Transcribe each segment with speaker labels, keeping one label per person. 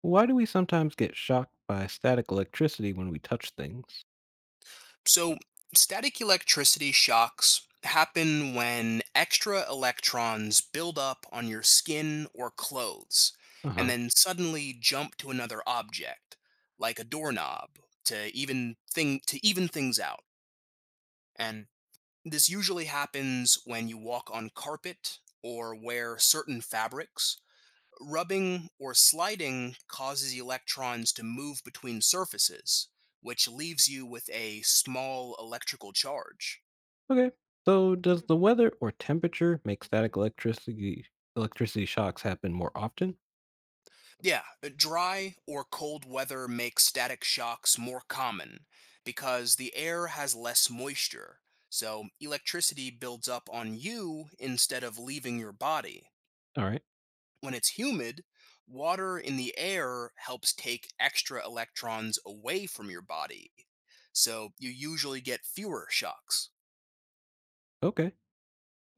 Speaker 1: Why do we sometimes get shocked by static electricity when we touch things?
Speaker 2: So, static electricity shocks happen when extra electrons build up on your skin or clothes
Speaker 1: Uh
Speaker 2: and
Speaker 1: huh.
Speaker 2: then suddenly jump to another object, like a doorknob, to even things out. And this usually happens when you walk on carpet or wear certain fabrics. Rubbing or sliding causes electrons to move between surfaces, which leaves you with a small electrical charge.
Speaker 1: Okay. So, does the weather or temperature make static electricity shocks happen more often?
Speaker 2: Yeah, dry or cold weather makes static shocks more common because the air has less moisture, so electricity builds up on you instead of leaving your body.
Speaker 1: All right.
Speaker 2: When it's humid, water in the air helps take extra electrons away from your body, so you usually get fewer shocks.
Speaker 1: Okay.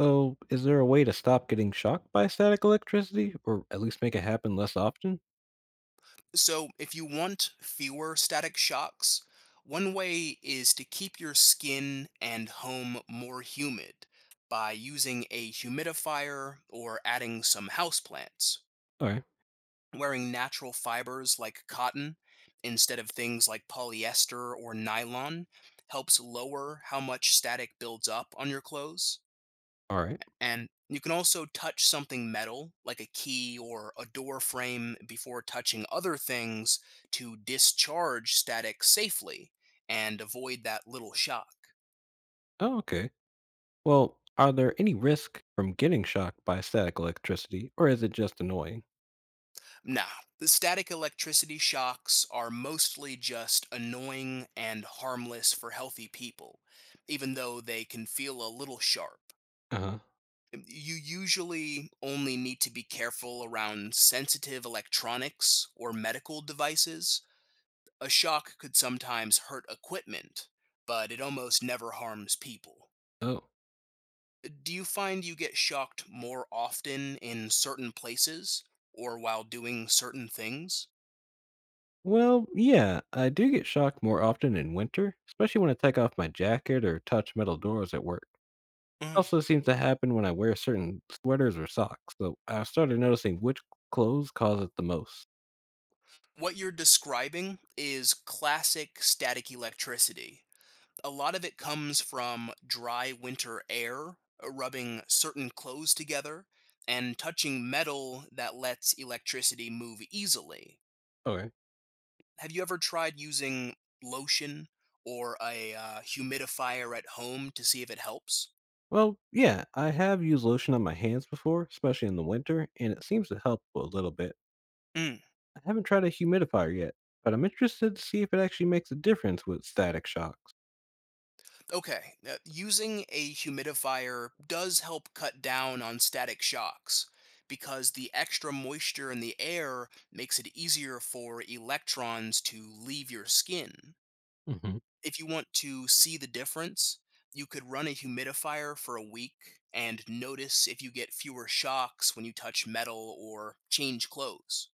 Speaker 1: So, is there a way to stop getting shocked by static electricity, or at least make it happen less often?
Speaker 2: So, if you want fewer static shocks, one way is to keep your skin and home more humid by using a humidifier or adding some houseplants.
Speaker 1: All right.
Speaker 2: Wearing natural fibers like cotton instead of things like polyester or nylon helps lower how much static builds up on your clothes.
Speaker 1: All right.
Speaker 2: And you can also touch something metal, like a key or a door frame, before touching other things to discharge static safely and avoid that little shock.
Speaker 1: Oh, okay. Well, are there any risk from getting shocked by static electricity, or is it just annoying?
Speaker 2: Nah, the static electricity shocks are mostly just annoying and harmless for healthy people, even though they can feel a little sharp.
Speaker 1: Uh huh.
Speaker 2: You usually only need to be careful around sensitive electronics or medical devices. A shock could sometimes hurt equipment, but it almost never harms people.
Speaker 1: Oh.
Speaker 2: Do you find you get shocked more often in certain places or while doing certain things?
Speaker 1: Well, yeah, I do get shocked more often in winter, especially when I take off my jacket or touch metal doors at work. Also seems to happen when I wear certain sweaters or socks, so I started noticing which clothes cause it the most.
Speaker 2: What you're describing is classic static electricity. A lot of it comes from dry winter air rubbing certain clothes together and touching metal that lets electricity move easily.
Speaker 1: Okay.
Speaker 2: Have you ever tried using lotion or a humidifier at home to see if it helps?
Speaker 1: Well, yeah, I have used lotion on my hands before, especially in the winter, and it seems to help a little bit.
Speaker 2: Mm.
Speaker 1: I haven't tried a humidifier yet, but I'm interested to see if it actually makes a difference with static shocks.
Speaker 2: Okay, using a humidifier does help cut down on static shocks because the extra moisture in the air makes it easier for electrons to leave your skin.
Speaker 1: Hmm.
Speaker 2: If you want to see the difference, you could run a humidifier for a week and notice if you get fewer shocks when you touch metal or change clothes.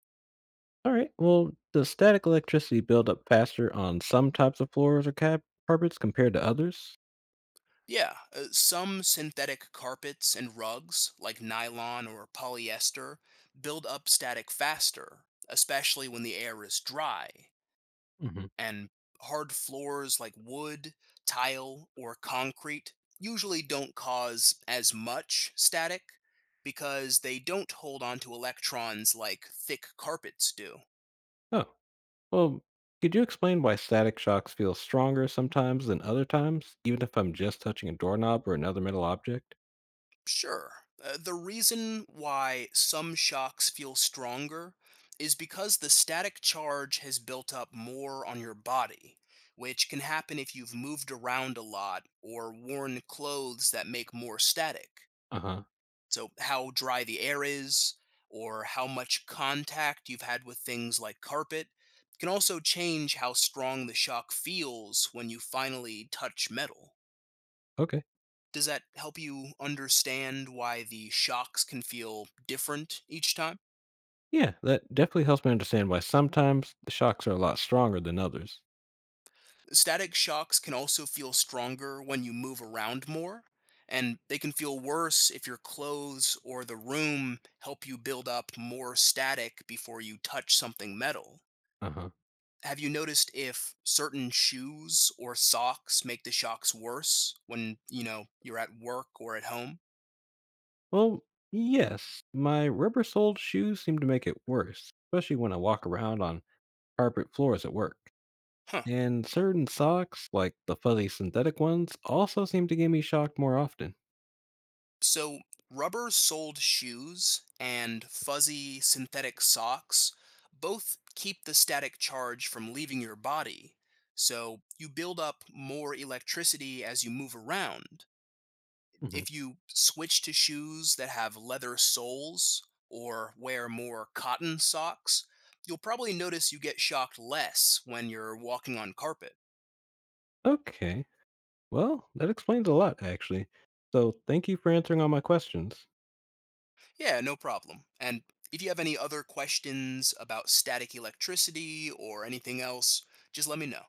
Speaker 1: All right. Well, does static electricity build up faster on some types of floors or carpets compared to others?
Speaker 2: Yeah, some synthetic carpets and rugs, like nylon or polyester, build up static faster, especially when the air is dry.
Speaker 1: Hmm.
Speaker 2: And hard floors like wood, tile, or concrete usually don't cause as much static because they don't hold onto electrons like thick carpets do.
Speaker 1: Oh, well, could you explain why static shocks feel stronger sometimes than other times, even if I'm just touching a doorknob or another metal object?
Speaker 2: Sure. The reason why some shocks feel stronger is because the static charge has built up more on your body, which can happen if you've moved around a lot or worn clothes that make more static.
Speaker 1: Uh huh.
Speaker 2: So, how dry the air is, or how much contact you've had with things like carpet, can also change how strong the shock feels when you finally touch metal.
Speaker 1: Okay.
Speaker 2: Does that help you understand why the shocks can feel different each time?
Speaker 1: Yeah, that definitely helps me understand why sometimes the shocks are a lot stronger than others.
Speaker 2: Static shocks can also feel stronger when you move around more, and they can feel worse if your clothes or the room help you build up more static before you touch something metal.
Speaker 1: Uh huh.
Speaker 2: Have you noticed if certain shoes or socks make the shocks worse when, you know, you're at work or at home?
Speaker 1: Well, yes, my rubber soled shoes seem to make it worse, especially when I walk around on carpet floors at work.
Speaker 2: Huh.
Speaker 1: And certain socks, like the fuzzy synthetic ones, also seem to get me shocked more often.
Speaker 2: So, rubber soled shoes and fuzzy synthetic socks both keep the static charge from leaving your body. So, you build up more electricity as you move around.
Speaker 1: Hmm.
Speaker 2: If you switch to shoes that have leather soles or wear more cotton socks, you'll probably notice you get shocked less when you're walking on carpet.
Speaker 1: Okay, well, that explains a lot, actually. So thank you for answering all my questions.
Speaker 2: Yeah, no problem. And if you have any other questions about static electricity or anything else, just let me know.